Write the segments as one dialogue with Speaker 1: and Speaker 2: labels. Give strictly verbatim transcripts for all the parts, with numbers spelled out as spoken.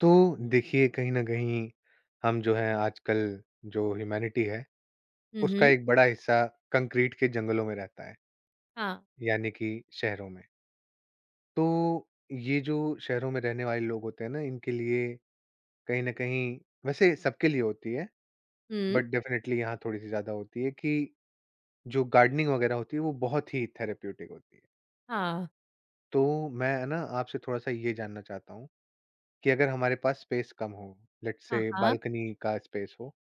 Speaker 1: तो देखिए कहीं न कहीं हम जो है आजकल जो ह्यूमैनिटी है,
Speaker 2: हुँ,
Speaker 1: उसका
Speaker 2: हुँ।
Speaker 1: एक बड़ा हिस्सा कंक्रीट के जंगलों में रहता है,
Speaker 2: हाँ।
Speaker 1: यानी कि शहरों में। तो ये जो शहरों में रहने वाले लोग होते हैं ना, इनके लिए कहीं न कहीं वैसे सबके लिए होती है,
Speaker 2: हुँ,
Speaker 1: बट डेफ़िनेटली यहाँ थोड़ी-सी ज़्यादा होती है कि जो गार्डनिंग वगैरह होती है, वो बहुत ही थेरेप्यूटिक होती है।
Speaker 2: हाँ।
Speaker 1: तो मैं है ना आपसे थोड़ा-सा ये जानना चाहता हूँ कि अगर हमारे पास स्पेस कम हो, लेट्स
Speaker 2: हाँ,
Speaker 1: से
Speaker 2: हाँ,
Speaker 1: बालकनी का स्पेस हो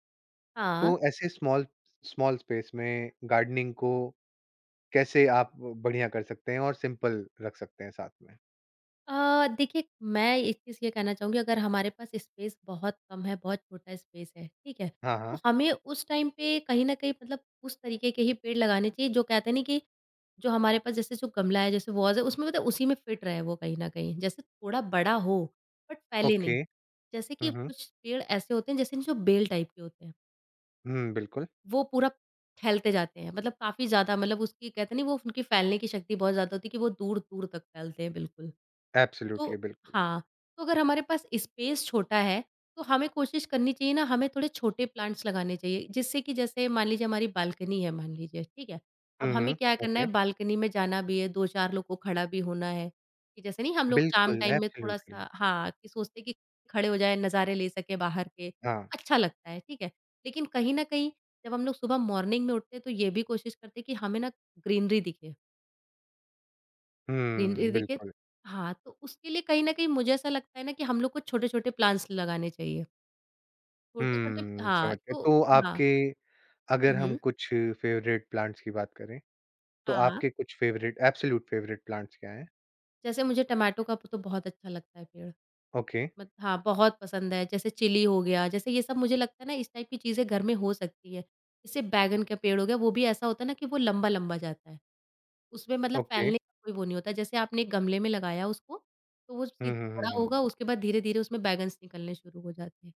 Speaker 2: हाँ।
Speaker 1: तो ऐसे स्मॉल स्मॉल स्पेस में गार्डनिंग को कैसे आप बढ़िया कर सकते हैं और सिंपल रख सकते हैं साथ में?
Speaker 2: अ, देखिए मैं एक चीज़ ये कहना चाहूँगी अगर हमारे पास स्पेस बहुत कम है, बहुत छोटा स्पेस है, ठीक है?
Speaker 1: हाँ,
Speaker 2: तो
Speaker 1: हाँ।
Speaker 2: हमें उस टाइम पे कहीं न कहीं मतलब उस तरीके के ही पेड़ लगाने चाहिए जो कहते हैं ना कि जो हमारे पास जैसे जो गमला है, जैसे वॉज़ है उसमें मतलब उसी में फिट रहे वो कहीं न कहीं। जैसे थोड़ा बड़ा हो बट फैले नहीं।
Speaker 1: ओके।
Speaker 2: जैसे कि
Speaker 1: हुँ, हुँ।
Speaker 2: कुछ पेड़ ऐसे होते हैं जैसे जो बेल टाइप के होते हैं।
Speaker 1: हुँ, बिल्कुल।
Speaker 2: वो पूरा फैलते जाते हैं। मतलब काफ़ी ज़्यादा मतलब उसकी कहते नहीं वो उनकी फैलने की शक्ति बहुत ज़्यादा होती है कि वो दूर-दूर तक फैलते हैं बिल्कुल। तो
Speaker 1: एब्सोल्यूटली, बिल्कुल।
Speaker 2: हाँ, तो अगर हमारे पास स्पेस छोटा है, तो हमें कोशिश करनी चाहिए ना हमें थोड़े छोटे प्लांट्स लगाने चाहिए जिससे कि जैसे मान लीजिए हमारी बालकनी है मान लीजिए, ठीक है? अब
Speaker 1: हुँ,
Speaker 2: हमें
Speaker 1: हुँ।
Speaker 2: क्या करना
Speaker 1: ओके।
Speaker 2: है बालकनी में जाना भी है, दो चार लोग को खड़ा भी होना है, कि जैसे नहीं हम लोग शाम
Speaker 1: बिल्कुल,
Speaker 2: टाइम में
Speaker 1: एब्सोल्यूटली।
Speaker 2: थोड़ा-सा हाँ, कि सोचते हैं कि खड़े हो जाएँ, नज़ारे ले सकें बाहर के,
Speaker 1: हाँ।
Speaker 2: अच्छा लगता है, ठीक है? लेकिन कहीं न कहीं जब हम लोग सुबह मॉर्निंग में उठते हैं तो ये भी कोशिश करते हैं कि हमें ना ग्रीनरी दिखे ग्रीनरी
Speaker 1: हुँ,
Speaker 2: दिखे
Speaker 1: बिल्कुल।
Speaker 2: हाँ, तो उसके लिए कहीं न कहीं मुझे ऐसा लगता है ना कि हम लोग को छोटे-छोटे प्लांट्स लगाने चाहिए। छोटे-छोटे
Speaker 1: हुँ,
Speaker 2: हाँ,
Speaker 1: समझ गया।
Speaker 2: तो
Speaker 1: तो
Speaker 2: हाँ।
Speaker 1: आपके अगर
Speaker 2: हुँ,
Speaker 1: हम
Speaker 2: हुँ।
Speaker 1: कुछ फेवरेट प्लांट्स की बात करें, तो
Speaker 2: हाँ, हाँ।
Speaker 1: आपके कुछ फेवरेट एब्सोल्यूट फेवरेट प्लांट्स क्या हैं?
Speaker 2: जैसे मुझे टमाटो का तो बहुत अच्छा लगता है पेड़।
Speaker 1: ओके,
Speaker 2: मत हाँ, बहुत पसंद है। जैसे चिली हो गया, जैसे ये सब मुझे लगता है ना इस टाइप की चीज़ें घर में हो सकती है। जैसे बैंगन का पेड़ हो गया, वो भी ऐसा होता है ना कि वो लंबा-लंबा जाता है। उसमें मतलब
Speaker 1: ओके।
Speaker 2: फैलने का कोई वो नहीं होता। जैसे आपने एक गमले में लगाया उसको, तो वो
Speaker 1: हुँ,
Speaker 2: सीधा
Speaker 1: हुँ, हुँ,
Speaker 2: बड़ा
Speaker 1: हुँ।
Speaker 2: होगा, उसके बाद धीरे-धीरे उसमें बैगन्स निकलने शुरू हो जाते हैं।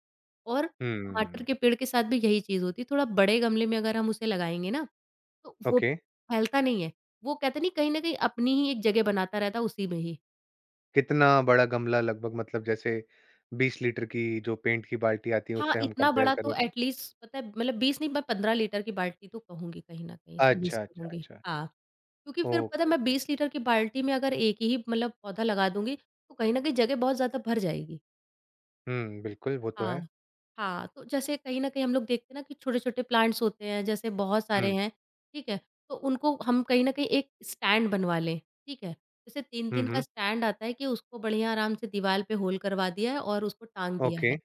Speaker 2: और टमाटर
Speaker 1: हुँ,
Speaker 2: के पेड़ के साथ भी यही चीज़ होती है, थोड़ा बड़े गमले में अगर हम उसे लगाएँगे ना, तो वो
Speaker 1: ओके।
Speaker 2: फैलता नहीं है। वो कहते नहीं कहीं न कहीं अपनी ही एक जगह बनाता रहता है उसी में ही।
Speaker 1: कितना बड़ा गमला लगभग मतलब जैसे बीस लीटर की जो पेंट की बाल्टी आती है
Speaker 2: हाँ,
Speaker 1: उससे हम
Speaker 2: इतना
Speaker 1: कंपेयर
Speaker 2: बड़ा
Speaker 1: करें
Speaker 2: तो
Speaker 1: तो?
Speaker 2: एट लीस्ट पता है मतलब बीस नहीं मैं पंद्रह लीटर की बाल्टी तो कहूँगी कहीं न कहीं,
Speaker 1: अच्छा,
Speaker 2: सजेस्ट
Speaker 1: अच्छा,
Speaker 2: करूँगी।
Speaker 1: अच्छा।
Speaker 2: हाँ, क्योंकि फिर पता
Speaker 1: ओके,
Speaker 2: है मैं
Speaker 1: ओके।
Speaker 2: बीस लीटर की बाल्टी में अगर एक ही मतलब पौधा लगा दूँगी, तो कहीं न कहीं जगह बहुत ज़्यादा भर जाएगी।
Speaker 1: हुँ, बिल्कुल वो तो है।
Speaker 2: हाँ, हाँ, तो जैसे कहीं न कहीं हम लोग देखते हैं ना कि छोटे-छोटे प्लांट्स होते हैं, जैसे बहुत सारे
Speaker 1: हुँ,
Speaker 2: हैं, ठीक है? तो उनको हम कहीं न कहीं एक स्टैंड बनवा लें, ठीक है? जैसे
Speaker 1: हुँ,
Speaker 2: तीन तीन का
Speaker 1: हुँ,
Speaker 2: स्टैंड आता है कि उसको बढ़िया आराम से दीवाल पे होल करवा दिया है और उसको टांग दिया
Speaker 1: ओके।
Speaker 2: है।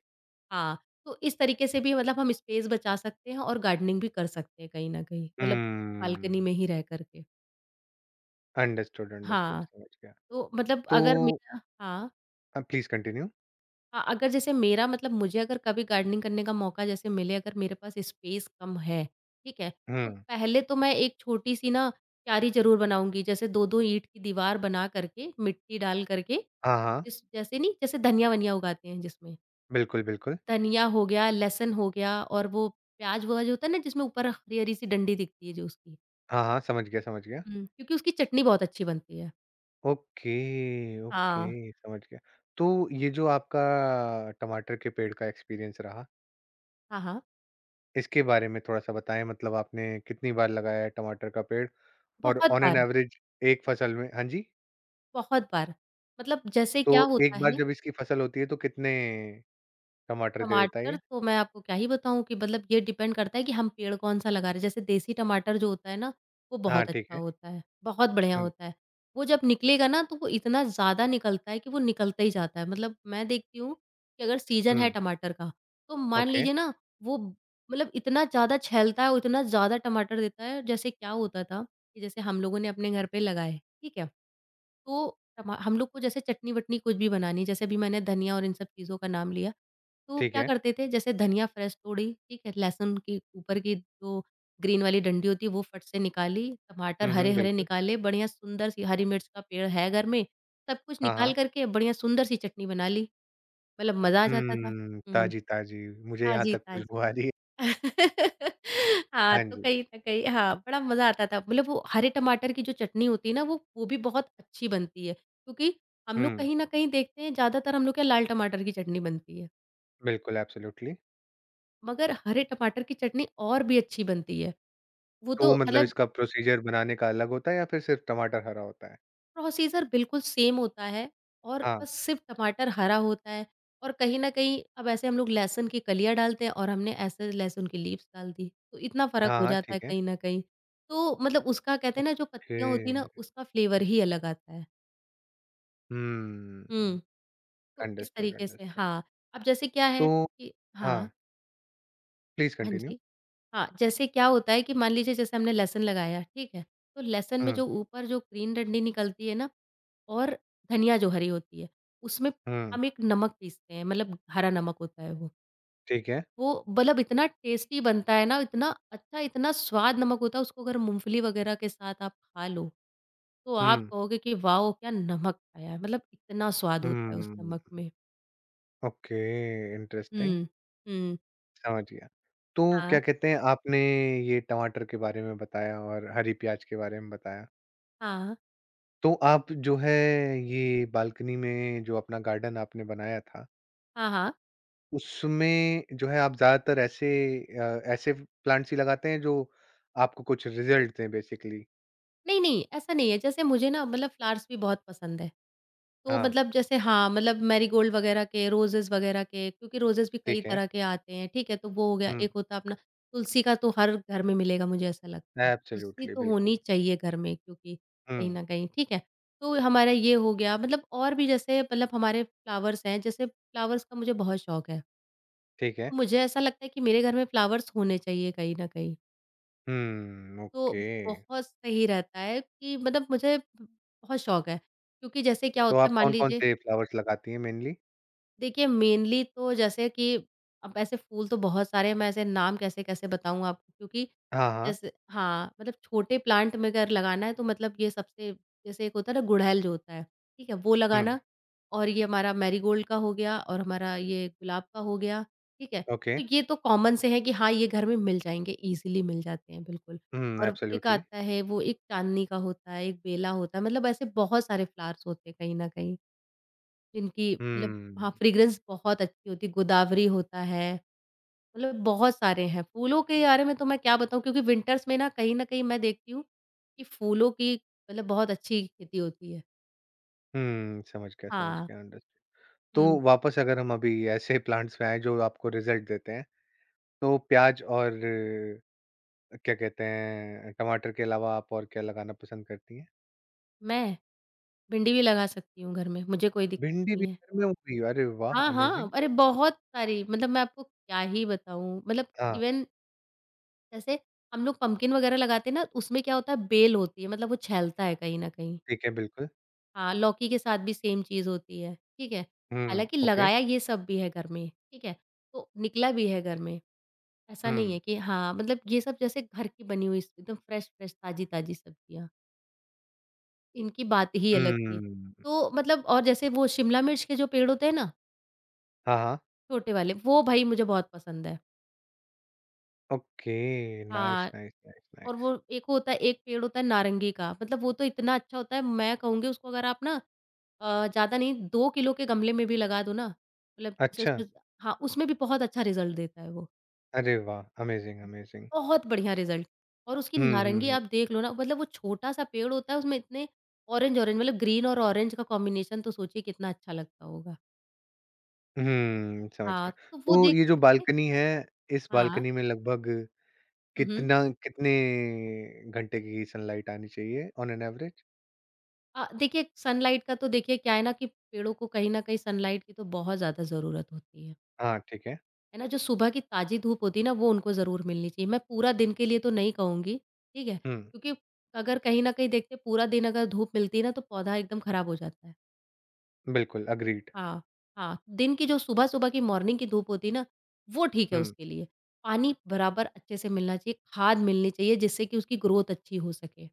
Speaker 2: हाँ, तो इस तरीके से भी मतलब हम स्पेस बचा सकते हैं और गार्डनिंग भी कर सकते हैं कहीं न कहीं, मतलब बालकनी
Speaker 1: हुँ,
Speaker 2: में ही रह कर के।
Speaker 1: अंडरस्टूड, अंडरस्टूड
Speaker 2: हाँ,
Speaker 1: समझ गया।
Speaker 2: तो मतलब
Speaker 1: तो
Speaker 2: अगर मेरा हाँ।
Speaker 1: Uh, please continue.
Speaker 2: हाँ, अगर जैसे मेरा मतलब मुझे अगर कभी गार्डनिंग करने का मौका जैसे मिले अगर मेरे पास स्पेस कम है, ठीक है? तो
Speaker 1: हुँ,
Speaker 2: पहले तो मैं एक छोटी-सी ना क्यारी ज़रूर बनाऊँगी जैसे दो दो ईंट की दीवार बना करके, मिट्टी डाल करके,
Speaker 1: हाँ, हाँ,
Speaker 2: जिस जैसे नहीं जैसे धनिया-वनिया उगाते हैं जिसमें,
Speaker 1: बिल्कुल, बिल्कुल।
Speaker 2: धनिया हो गया, लहसुन हो गया और वो प्याज़-व्याज़ होता है ना जिसमें ऊपर हरी-हरी सी डंडी दिखती है जो उसकी,
Speaker 1: हाँ, हाँ, समझ गया, समझ गया।
Speaker 2: हुँ। क्योंकि उसकी चटनी बहुत अच्छी बनती है।
Speaker 1: ओके,
Speaker 2: हाँ।
Speaker 1: ओके, समझ गया। तो ये जो आपका टमाटर के पेड़ का एक्सपीरियंस रहा
Speaker 2: हाँ, हाँ।
Speaker 1: इसके बारे में थोड़ा-सा बताएँ मतलब आपने कितनी बार लगाया है टमाटर का पेड़? और
Speaker 2: बहुत
Speaker 1: ऑन एन
Speaker 2: बार,
Speaker 1: एवरेज एक फसल में हाँ जी?
Speaker 2: बहुत बार। मतलब जैसे
Speaker 1: तो
Speaker 2: क्या
Speaker 1: एक
Speaker 2: होता
Speaker 1: बार
Speaker 2: है
Speaker 1: जब इसकी फसल होती है तो कितने टमाटर दे देता है ये?
Speaker 2: टमाटर तो मैं आपको क्या ही बताऊँ कि मतलब ये डिपेंड करता है कि हम पेड़ कौन-सा लगा रहे हैं। जैसे देसी टमाटर जो होता है ना, वो
Speaker 1: हाँ,
Speaker 2: बहुत
Speaker 1: ठीक
Speaker 2: अच्छा
Speaker 1: है।
Speaker 2: होता है, बहुत बढ़िया
Speaker 1: हुँ,
Speaker 2: होता है। वो जब निकलेगा ना तो वो इतना ज़्यादा निकलता है कि वो निकलता ही जाता है। मतलब मैं देखती हूँ कि अगर सीज़न है
Speaker 1: हुँ,
Speaker 2: टमाटर का, तो मान
Speaker 1: ओके,
Speaker 2: लीजिए ना वो मतलब इतना ज़्यादा छैलता है, उतना ज़्यादा टमाटर देता है। जैसे क्या होता था कि जैसे हम लोगों ने अपने घर पे लगाए, ठीक है? तो टमा हम लोग को जैसे चटनी-वटनी कुछ भी बनानी है, जैसे अभी मैंने धनिया और इन सब चीज़ों का नाम लिया। तो
Speaker 1: ठीक
Speaker 2: क्या
Speaker 1: है।
Speaker 2: करते थे जैसे धनिया फ्रेश तोड़ी, ठीक है? लहसुन की ऊपर की जो ग्रीन वाली डंडी होती है वो फट से निकाली, टमाटर
Speaker 1: हुँ, हुँ,
Speaker 2: हरे-हरे
Speaker 1: बिल्कुल।
Speaker 2: निकाले, बढ़िया सुंदर सी हरी मिर्च का पेड़ है घर में, सब कुछ
Speaker 1: हाँ,
Speaker 2: निकाल
Speaker 1: हाँ।
Speaker 2: कर के बढ़िया सुंदर सी चटनी बना ली, मतलब मज़ा आ जाता था।
Speaker 1: हम्म,
Speaker 2: हुँ,
Speaker 1: ताज़ी-ताज़ी मुझे यहाँ तक
Speaker 2: ताज़ी-ताज़ी।
Speaker 1: खुशबू आ रही है।
Speaker 2: हाँ,
Speaker 1: हाँ
Speaker 2: तो
Speaker 1: जी।
Speaker 2: कहीं न कहीं हाँ, बड़ा मज़ा आता था। मतलब वो हरे टमाटर की जो चटनी होती है ना वो वो भी बहुत अच्छी बनती है, क्योंकि हम लोग
Speaker 1: हुँ,
Speaker 2: कहीं न कहीं देखते हैं ज़्यादातर हम लोग के यहाँ लाल टमाटर की चटनी बनती है।
Speaker 1: बिल्कुल एब्सोल्यूटली।
Speaker 2: मगर हरे टमाटर की चटनी और भी अच्छी बनती है। वो
Speaker 1: तो
Speaker 2: तो
Speaker 1: मतलब
Speaker 2: मतलब
Speaker 1: इसका प्रोसीजर बनाने का अलग होता है या फिर सिर्फ़ टमाटर हरा होता है?
Speaker 2: प्रोसीज़र बिल्कुल सेम होता है और
Speaker 1: हाँ।
Speaker 2: बस सिर्फ़ टमाटर हरा होता है और कहीं न कहीं अब ऐसे हम लोग लहसुन की कलियाँ डालते हैं और हमने ऐसे लहसुन की लीव्स डाल दी। तो इतना फ़र्क
Speaker 1: हाँ,
Speaker 2: हो
Speaker 1: हाँ,
Speaker 2: जाता है
Speaker 1: ठीक है।
Speaker 2: कहीं न कहीं। तो मतलब उसका कहते हैं ना जो
Speaker 1: ओके।
Speaker 2: पत्तियाँ होती हैं ना उसका फ्लेवर ही अलग आता है।
Speaker 1: हुँ,
Speaker 2: हुँ, तो इस
Speaker 1: अंडरस्टूड,
Speaker 2: तरीके से
Speaker 1: अंडरस्टूड।
Speaker 2: हाँ, अब जैसे क्या
Speaker 1: तो
Speaker 2: है कि हाँ,
Speaker 1: हाँ, प्लीज़
Speaker 2: हाँ
Speaker 1: कंटिन्यू।
Speaker 2: जी। हाँ, जैसे क्या होता है कि मान लीजिए जैसे हमने लहसुन लगाया, ठीक है? तो लहसुन में
Speaker 1: हुँ,
Speaker 2: जो ऊपर जो ग्रीन डंडी निकलती है ना और धनिया जो हरी होती है, उसमें
Speaker 1: हुँ,
Speaker 2: हम एक नमक पीसते हैं, मतलब हरा नमक होता है वो।
Speaker 1: ठीक है।
Speaker 2: वो मतलब इतना टेस्टी बनता है ना, इतना अच्छा, इतना स्वाद नमक होता है, उसको अगर मूँगफली वगैरह के साथ आप खा लो, तो आप
Speaker 1: हुँ,
Speaker 2: कहोगे कि वाओ! क्या नमक खाया है, मतलब इतना स्वाद होता है उस
Speaker 1: हुँ,
Speaker 2: नमक में।
Speaker 1: ओके, इंटरेस्टिंग,
Speaker 2: हुँ, हुँ।
Speaker 1: समझ गया। तो
Speaker 2: हाँ,
Speaker 1: क्या कहते हैं, आपने ये टमाटर के बारे में बताया और हरी प्याज़ के बारे में बताया।
Speaker 2: हाँ,
Speaker 1: तो आप जो है ये बालकनी में जो अपना गार्डन आपने बनाया था,
Speaker 2: हाँ, हाँ।
Speaker 1: उसमें जो है आप ज़्यादातर ऐसे अ, ऐसे प्लांट्स ही लगाते हैं जो आपको कुछ रिज़ल्ट दें बेसिकली?
Speaker 2: नहीं, नहीं, ऐसा नहीं है। जैसे मुझे ना मतलब फ्लावर्स भी बहुत पसंद है। तो
Speaker 1: हाँ,
Speaker 2: मतलब जैसे हाँ, मतलब मैरीगोल्ड वगैरह के, रोज़ेज़ वगैरह के क्योंकि रोज़ेज़ भी कई
Speaker 1: ठीक है।
Speaker 2: तरह के आते हैं, ठीक है? तो वो हो गया,
Speaker 1: हुँ,
Speaker 2: एक होता है अपना तुलसी का तो हर घर में मिलेगा मुझे ऐसा लगता है। तुलसी
Speaker 1: एब्सोल्युटली,
Speaker 2: तो
Speaker 1: बिल्कुल।
Speaker 2: होनी चाहिए घर में क्योंकि कहीं
Speaker 1: हुँ,
Speaker 2: न कहीं, ठीक है? तो हमारा ये हो गया मतलब और भी जैसे मतलब हमारे फ्लावर्स हैं, जैसे फ्लावर्स का मुझे बहुत शौक है।
Speaker 1: ठीक है।
Speaker 2: तो मुझे ऐसा लगता है कि मेरे घर में फ्लावर्स होने चाहिए कहीं न कहीं।
Speaker 1: हुँ,
Speaker 2: तो
Speaker 1: ओके।
Speaker 2: बहुत सही रहता है कि मतलब मुझे बहुत शौक है क्योंकि जैसे क्या
Speaker 1: तो
Speaker 2: होता
Speaker 1: आप
Speaker 2: है मान
Speaker 1: कौन-कौन
Speaker 2: लीजिए
Speaker 1: से फ्लावर्स लगाती हैं मेनली?
Speaker 2: देखिए, मेनली तो जैसे कि अब ऐसे फूल तो बहुत सारे हैं, मैं ऐसे नाम कैसे-कैसे बताऊँ आपको क्योंकि
Speaker 1: हाँ, हाँ।
Speaker 2: जैसे हाँ, मतलब छोटे प्लांट में अगर लगाना है तो मतलब ये सबसे जैसे एक होता है ना गुड़हल जो होता है, ठीक है? वो
Speaker 1: हुँ,
Speaker 2: लगाना और ये हमारा मैरीगोल्ड का हो गया और हमारा ये गुलाब का हो गया, ठीक है?
Speaker 1: ओके।
Speaker 2: तो ये तो कॉमन से है कि हाँ, ये घर में मिल जाएँगे, ईज़िली मिल जाते हैं, बिल्कुल।
Speaker 1: हुँ,
Speaker 2: और एक
Speaker 1: एब्सोल्यूटली।
Speaker 2: आता है वो एक चाँदनी का होता है, एक बेला होता है, मतलब ऐसे बहुत सारे फ्लावर्स होते हैं कहीं न कहीं। जिनकी मतलब हाँ,
Speaker 1: हुँ।
Speaker 2: फ्रेग्रेंस बहुत अच्छी होती है, गोदावरी होता है, मतलब बहुत सारे हैं। फूलों के बारे में तो मैं क्या बताऊँ क्योंकि विंटर्स में ना कहीं न कहीं मैं देखती हूँ कि फूलों की मतलब बहुत अच्छी खेती होती है।
Speaker 1: हुँ, समझ गया, समझ
Speaker 2: हाँ,
Speaker 1: गया, अंडरस्टूड। तो
Speaker 2: हुँ,
Speaker 1: वापस अगर हम अभी ऐसे प्लांट्स पे आएँ जो आपको रिज़ल्ट देते हैं, तो प्याज़ और अ, क्या कहते हैं, टमाटर के अलावा आप और क्या लगाना पसंद करती हैं?
Speaker 2: मैं भिंडी भी लगा सकती हूँ घर में, मुझे कोई दिक्कत
Speaker 1: भिंडी भी
Speaker 2: नहीं है।
Speaker 1: घर में उगी, अरे वाह!
Speaker 2: हाँ,
Speaker 1: अमेज़िंग।
Speaker 2: हाँ, अरे बहुत सारी मतलब मैं आपको क्या ही बताऊँ मतलब
Speaker 1: हाँ,
Speaker 2: इवन जैसे हम लोग पम्पकिन वगैरह लगाते हैं ना, उसमें क्या होता है बेल होती है मतलब वो छैलता है कहीं न कहीं।
Speaker 1: ठीक है, बिल्कुल।
Speaker 2: हाँ, लौकी के साथ भी सेम चीज़ होती है, ठीक है?
Speaker 1: हुँ,
Speaker 2: हालाँकि
Speaker 1: ओके।
Speaker 2: लगाया ये सब भी है घर में, ठीक है? तो निकला भी है घर में, ऐसा
Speaker 1: हुँ।
Speaker 2: नहीं है कि हाँ, मतलब ये सब जैसे घर की बनी हुई एकदम फ्रेश-फ्रेश, ताज़ी-ताज़ी सब्जियाँ, इनकी बात ही अलग थी।
Speaker 1: हुँ।
Speaker 2: तो मतलब और जैसे वो शिमला मिर्च के जो पेड़ होते हैं ना,
Speaker 1: हाँ, हाँ।
Speaker 2: छोटे वाले, वो भई मुझे बहुत पसंद है।
Speaker 1: ओके, नाइस,
Speaker 2: हाँ,
Speaker 1: नाइस, नाइस,
Speaker 2: और वो
Speaker 1: नाइस।
Speaker 2: एक होता है एक पेड़ होता है नारंगी का मतलब वो तो इतना अच्छा होता है मैं कहूँगी उसको अगर आप ना अ, ज़्यादा नहीं दो किलो के गमले में भी लगा दो ना मतलब जैसे
Speaker 1: अच्छा!
Speaker 2: उसमें हाँ, उसमें भी बहुत अच्छा रिज़ल्ट देता है वो।
Speaker 1: अरे वाह! Amazing, amazing.
Speaker 2: बहुत बढ़िया रिज़ल्ट और उसकी
Speaker 1: हुँ, हुँ,
Speaker 2: नारंगी
Speaker 1: हुँ।
Speaker 2: आप देख लो ना मतलब वो छोटा-सा पेड़ होता है उसमें इतने ऑरेंज-ऑरेंज मतलब ग्रीन और ऑरेंज का कॉम्बिनेशन तो सोचिए कितना अच्छा लगता होगा।
Speaker 1: हुँ, समझ
Speaker 2: हाँ,
Speaker 1: गया।
Speaker 2: तो वो
Speaker 1: तो
Speaker 2: देख
Speaker 1: ये जो
Speaker 2: करके
Speaker 1: बालकनी है, इस
Speaker 2: हाँ।
Speaker 1: बालकनी में लगभग
Speaker 2: हुँ, हुँ।
Speaker 1: कितना कितने घंटे की सनलाइट आनी चाहिए ऑन एन एवरेज?
Speaker 2: अ, देखिए सनलाइट का तो देखिए क्या है ना कि पेड़ों को कहीं न कहीं सनलाइट की तो बहुत ज़्यादा ज़रूरत होती है।
Speaker 1: हाँ, ठीक है।
Speaker 2: है ना, जो सुबह की ताज़ी धूप होती है ना, वो उनको ज़रूर मिलनी चाहिए। मैं पूरा दिन के लिए तो नहीं कहूँगी, ठीक है?
Speaker 1: हुँ,
Speaker 2: क्योंकि अगर कहीं न कहीं देखते हैं पूरा दिन अगर धूप मिलती है ना, तो पौधा एकदम खराब हो जाता है।
Speaker 1: बिल्कुल अग्रीड।
Speaker 2: हाँ, हाँ, दिन की जो सुबह-सुबह की मॉर्निंग की धूप होती है ना, वो ठीक है
Speaker 1: हुँ,
Speaker 2: उसके लिए। पानी बराबर अच्छे से मिलना चाहिए, खाद मिलनी चाहिए जिससे कि उसकी ग्रोथ अच्छी हो सके।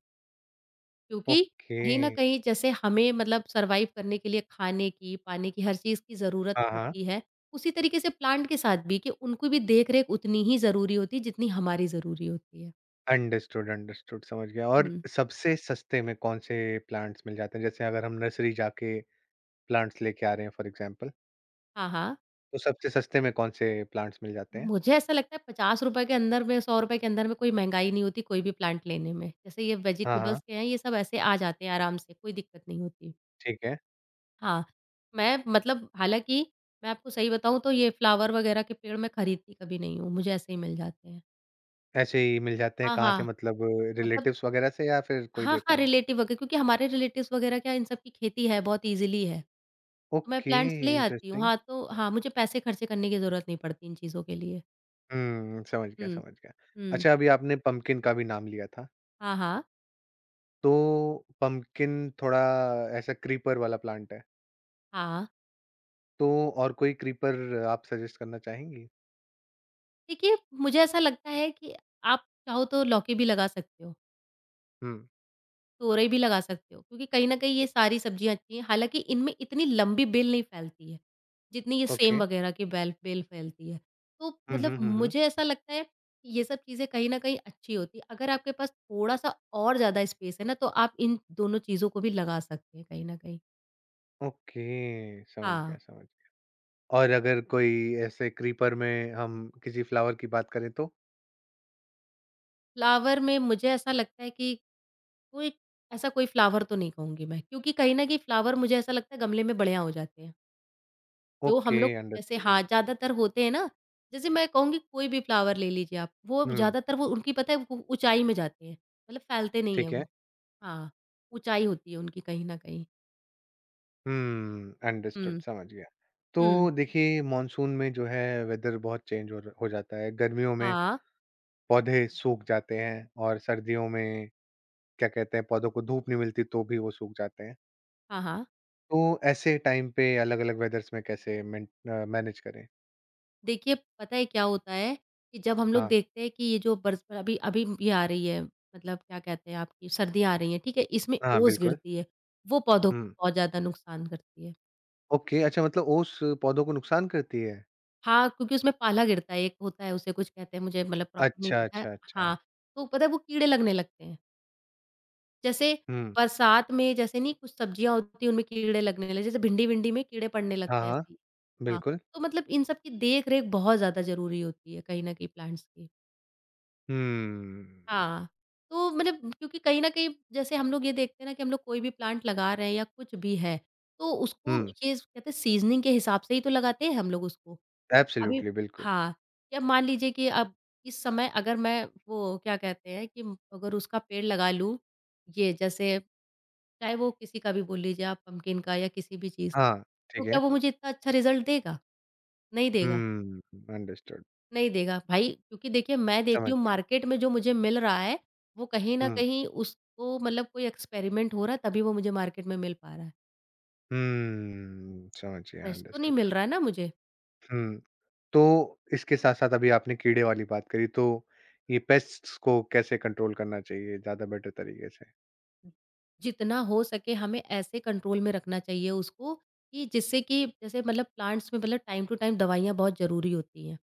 Speaker 2: क्योंकि
Speaker 1: ओके।
Speaker 2: कहीं न कहीं जैसे हमें मतलब सर्वाइव करने के लिए खाने की, पानी की, हर चीज़ की ज़रूरत
Speaker 1: हाँ, हाँ।
Speaker 2: होती है, उसी तरीके से प्लांट के साथ भी कि उनको भी देख-रेख उतनी ही ज़रूरी होती है जितनी हमारी ज़रूरी होती है।
Speaker 1: अंडरस्टूड, अंडरस्टूड समझ गया और
Speaker 2: हुँ।
Speaker 1: सबसे सस्ते में कौन-से प्लांट्स मिल जाते हैं? जैसे अगर हम नर्सरी जाके प्लांट्स लेके आ रहे हैं फॉर एग्ज़ाम्पल,
Speaker 2: हाँ, हाँ।
Speaker 1: तो सबसे सस्ते में कौन-से प्लांट्स मिल जाते हैं?
Speaker 2: मुझे ऐसा लगता है ₹पचास रुपये के अंदर में, ₹सौ रुपये के अंदर में कोई महँगाई नहीं होती कोई भी प्लांट लेने में। जैसे ये
Speaker 1: हाँ, हाँ,
Speaker 2: वेजिटेबल्स के हैं, ये सब ऐसे आ जाते हैं आराम से, कोई दिक्कत नहीं होती।
Speaker 1: ठीक है।
Speaker 2: हाँ, मैं मतलब हालाँकि मैं आपको सही बताऊँ तो ये फ्लावर वगैरह के पेड़ मैं खरीदती कभी नहीं हूँ, मुझे ऐसे ही मिल जाते हैं।
Speaker 1: ऐसे ही मिल जाते हैं
Speaker 2: हाँ,
Speaker 1: कहाँ से
Speaker 2: हाँ।
Speaker 1: मतलब
Speaker 2: मतलब
Speaker 1: रिलेटिव्स वगैरह से या फिर कोई
Speaker 2: हाँ,
Speaker 1: देता
Speaker 2: हाँ,
Speaker 1: है?
Speaker 2: रिलेटिव वगैरह क्योंकि हमारे रिलेटिव्स वगैरह क्या इन सब की खेती है, बहुत ईज़िली है। तो मैं
Speaker 1: ओके,
Speaker 2: प्लांट्स ले आती हूँ।
Speaker 1: इंटरेस्टिंग।
Speaker 2: हाँ, तो हाँ, मुझे पैसे खर्चे करने की ज़रूरत नहीं पड़ती इन चीज़ों के लिए।
Speaker 1: हुँ, समझ गया,
Speaker 2: हुँ,
Speaker 1: समझ गया।
Speaker 2: हुँ।
Speaker 1: अच्छा अभी आपने पम्पकिन का भी नाम लिया था,
Speaker 2: हाँ, हाँ,
Speaker 1: तो पम्पकिन थोड़ा ऐसा क्रीपर वाला प्लांट है,
Speaker 2: हाँ।
Speaker 1: तो और कोई क्रीपर आप सजेस्ट करना चाहेंगी?
Speaker 2: देखिए, मुझे ऐसा लगता है कि आप चाहो तो लौकी भी लगा सकते हो।
Speaker 1: हुँ,
Speaker 2: तोरई भी लगा सकते हो क्योंकि कहीं न कहीं ये सारी सब्जियाँ अच्छी हैं, हालाँकि इनमें इतनी लंबी बेल नहीं फैलती है, जितनी ये
Speaker 1: ओके।
Speaker 2: सेम वगैरह की बेल बेल फैलती है। तो
Speaker 1: हुँ,
Speaker 2: मतलब
Speaker 1: हुँ, हुँ, हुँ।
Speaker 2: मुझे ऐसा लगता है कि ये सब चीज़ें कहीं न कहीं अच्छी होती हैं। अगर आपके पास थोड़ा-सा और ज़्यादा स्पेस है ना, तो आप इन दोनों चीज़ों को भी लगा सकते हैं कहीं न कहीं।
Speaker 1: ओके, समझ गया,
Speaker 2: हाँ,
Speaker 1: समझ गया। और अगर कोई ऐसे क्रीपर में हम किसी फ्लावर की बात करें तो?
Speaker 2: फ्लावर में मुझे ऐसा लगता है कि कोई ऐसा कोई फ्लावर तो नहीं कहूँगी मैं क्योंकि कहीं न कहीं फ्लावर मुझे ऐसा लगता है गमले में बढ़िया हो जाते हैं। जो
Speaker 1: ओके,
Speaker 2: हम लोग जैसे
Speaker 1: अंडरस्टूड,
Speaker 2: हाँ,
Speaker 1: अंडरस्टूड।
Speaker 2: ज़्यादातर होते हैं ना, जैसे मैं कहूँगी कोई भी फ्लावर ले लीजिए आप, वो
Speaker 1: हुँ,
Speaker 2: ज़्यादातर वो उनकी पता है ऊ ऊँचाई में जाते हैं, मतलब फैलते नहीं हैं
Speaker 1: ठीक है।
Speaker 2: वो। हाँ, ऊँचाई होती है उनकी कहीं न कहीं।
Speaker 1: हुँ, अंडरस्टूड
Speaker 2: हुँ,
Speaker 1: समझ गया। तो
Speaker 2: हुँ।
Speaker 1: देखिए मानसून में जो है वेदर बहुत चेंज हो र हो जाता है, गर्मियों में
Speaker 2: हाँ,
Speaker 1: पौधे सूख जाते हैं और सर्दियों में क्या कहते हैं पौधों को धूप नहीं मिलती तो भी वो सूख जाते हैं।
Speaker 2: हाँ, हाँ।
Speaker 1: तो ऐसे टाइम पे अलग-अलग वेदर्स में कैसे मेंट अ, मैनेज करें?
Speaker 2: देखिए, पता है क्या होता है कि जब हम लोग
Speaker 1: हाँ।
Speaker 2: देखते हैं कि ये जो बरस अभी अभी ये आ रही है, मतलब क्या कहते हैं आपकी सर्दियाँ आ रही हैं, ठीक है? इसमें
Speaker 1: हाँ,
Speaker 2: ओस
Speaker 1: बिल्कुल।
Speaker 2: गिरती है, वो पौधों को
Speaker 1: हुँ।
Speaker 2: बहुत ज़्यादा नुकसान करती है।
Speaker 1: ओके, अच्छा मतलब ओस पौधों को नुकसान करती है?
Speaker 2: हाँ, क्योंकि उसमें पाला गिरता है, एक होता है उसे कुछ कहते हैं मुझे मतलब प्रॉपर नहीं
Speaker 1: अच्छा,
Speaker 2: पता है।
Speaker 1: अच्छा, अच्छा।
Speaker 2: हाँ, तो पता है वो कीड़े लगने लगते हैं। जैसे
Speaker 1: हुँ।
Speaker 2: बरसात में जैसे नहीं कुछ सब्जियाँ होती हैं उनमें कीड़े लगने लगे, जैसे भिंडी-विंडी में कीड़े पड़ने
Speaker 1: हाँ,
Speaker 2: लगते हैं
Speaker 1: हाँ,
Speaker 2: ऐसे ही। हाँ,
Speaker 1: बिल्कुल।
Speaker 2: तो मतलब इन सब की देख-रेख बहुत ज़्यादा ज़रूरी होती है कहीं न कहीं प्लांट्स की।
Speaker 1: हुँ।
Speaker 2: हाँ, तो मतलब क्योंकि कहीं न कहीं जैसे हम लोग ये देखते हैं ना कि हम लोग कोई भी प्लांट लगा रहे हैं या कुछ भी है, तो उसको
Speaker 1: हुँ,
Speaker 2: ये कहते हैं सीज़निंग के हिसाब से ही तो लगाते हैं हम लोग उसको। अभी
Speaker 1: एब्सोल्यूटली बिल्कुल।
Speaker 2: हाँ, या मान लीजिए कि अब इस समय अगर मैं वो क्या कहते हैं कि अगर उसका पेड़ लगा लूँ, ये जैसे चाहे वो किसी का भी बोल लीजिए आप पम्पकिन का या किसी भी चीज़ का,
Speaker 1: हाँ,
Speaker 2: तो
Speaker 1: ठीक है।
Speaker 2: क्या वो मुझे इतना अच्छा रिज़ल्ट देगा? नहीं देगा,
Speaker 1: हुँ, अंडरस्टूड
Speaker 2: नहीं देगा। भाई क्योंकि देखिए मैं देख रही
Speaker 1: समझ
Speaker 2: हूँ
Speaker 1: गया।
Speaker 2: मार्केट में जो मुझे मिल रहा है, वो कहीं न
Speaker 1: हुँ,
Speaker 2: कहीं उसको मतलब कोई एक्सपेरिमेंट हो रहा है तभी वो मुझे मार्केट में मिल पा रहा है।
Speaker 1: हुँ, समझ गया
Speaker 2: फ्रेश तो नहीं
Speaker 1: अंडरस्टूड।
Speaker 2: मिल रहा है ना मुझे।
Speaker 1: हुँ, तो इसके साथ-साथ अभी आपने कीड़े वाली बात करी तो ये पेस्ट्स को कैसे कंट्रोल करना चाहिए ज़्यादा बेटर तरीके से?
Speaker 2: जितना हो सके हमें ऐसे कंट्रोल में रखना चाहिए उसको कि जिससे कि जैसे मतलब प्लांट्स में मतलब टाइम टू टाइम दवाइयाँ बहुत ज़रूरी होती हैं।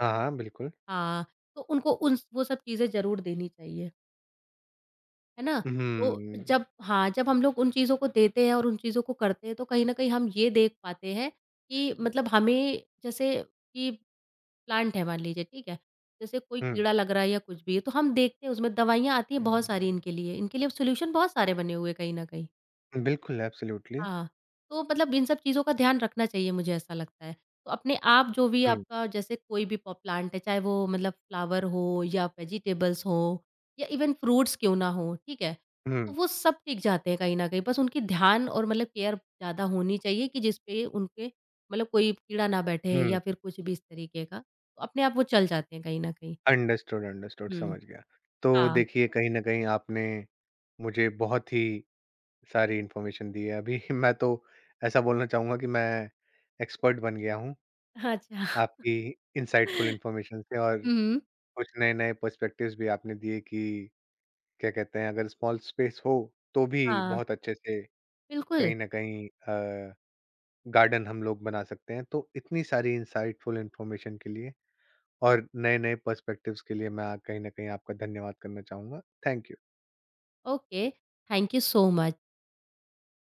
Speaker 1: हाँ, हाँ, बिल्कुल।
Speaker 2: हाँ, तो उनको उन वो सब चीज़ें ज़रूर देनी चाहिए, है ना? तो
Speaker 1: हुँ,
Speaker 2: जब हाँ, जब हम लोग उन चीज़ों को देते हैं और उन चीज़ों को करते हैं तो कहीं न कहीं हम ये देख पाते हैं कि मतलब हमें जैसे कि प्लांट है मान लीजिए, ठीक है? जैसे कोई
Speaker 1: हुँ,
Speaker 2: कीड़ा लग रहा है या कुछ भी है तो हम देखते हैं उसमें दवाइयाँ आती हैं बहुत सारी इनके लिए, इनके लिए सॉल्यूशन बहुत सारे बने हुए हैं कहीं न कहीं।
Speaker 1: बिल्कुल एब्सोल्युटली।
Speaker 2: हाँ, तो मतलब इन सब चीज़ों का ध्यान रखना चाहिए मुझे ऐसा लगता है। तो अपने आप जो भी
Speaker 1: हुँ,
Speaker 2: आपका जैसे कोई भी प प्लांट है, चाहे वो मतलब फ्लावर हो या वेजिटेबल्स हो या इवन फ्रूट्स क्यों ना हो, ठीक है?
Speaker 1: हुँ,
Speaker 2: तो वो सब टिक जाते हैं कहीं न कहीं, बस उनकी ध्यान और मतलब केयर ज़्यादा होनी चाहिए कि जिस पे उनके मतलब कोई कीड़ा ना बैठे
Speaker 1: हुँ,
Speaker 2: या फिर कुछ भी इस तरीके का। तो अपने आप वो चल जाते हैं कहीं न कहीं।
Speaker 1: अंडरस्टूड, अंडरस्टूड
Speaker 2: हुँ,
Speaker 1: समझ गया। तो
Speaker 2: हाँ।
Speaker 1: देखिए कहीं न कहीं आपने मुझे बहुत ही सारी इन्फॉर्मेशन दी है अभी मैं तो ऐसा बोलना चाहूँगा कि मैं एक्सपर्ट बन गया हूँ।
Speaker 2: अच्छा
Speaker 1: आपकी इनसाइटफुल इंफॉर्मेशन से और
Speaker 2: हुँ,
Speaker 1: कुछ नए-नए पर्सपेक्टिव्स भी आपने दिए कि क्या कहते हैं अगर स्मॉल स्पेस हो तो भी
Speaker 2: हाँ,
Speaker 1: बहुत अच्छे से
Speaker 2: बिल्कुल।
Speaker 1: कहीं न कहीं अ, गार्डन हम लोग बना सकते हैं। तो इतनी सारी इनसाइटफुल इंफॉर्मेशन के लिए और नए-नए पर्सपेक्टिव्स के लिए मैं कहीं न कहीं आपका धन्यवाद करना चाहूँगा। Thank you.
Speaker 2: Okay, thank you so much.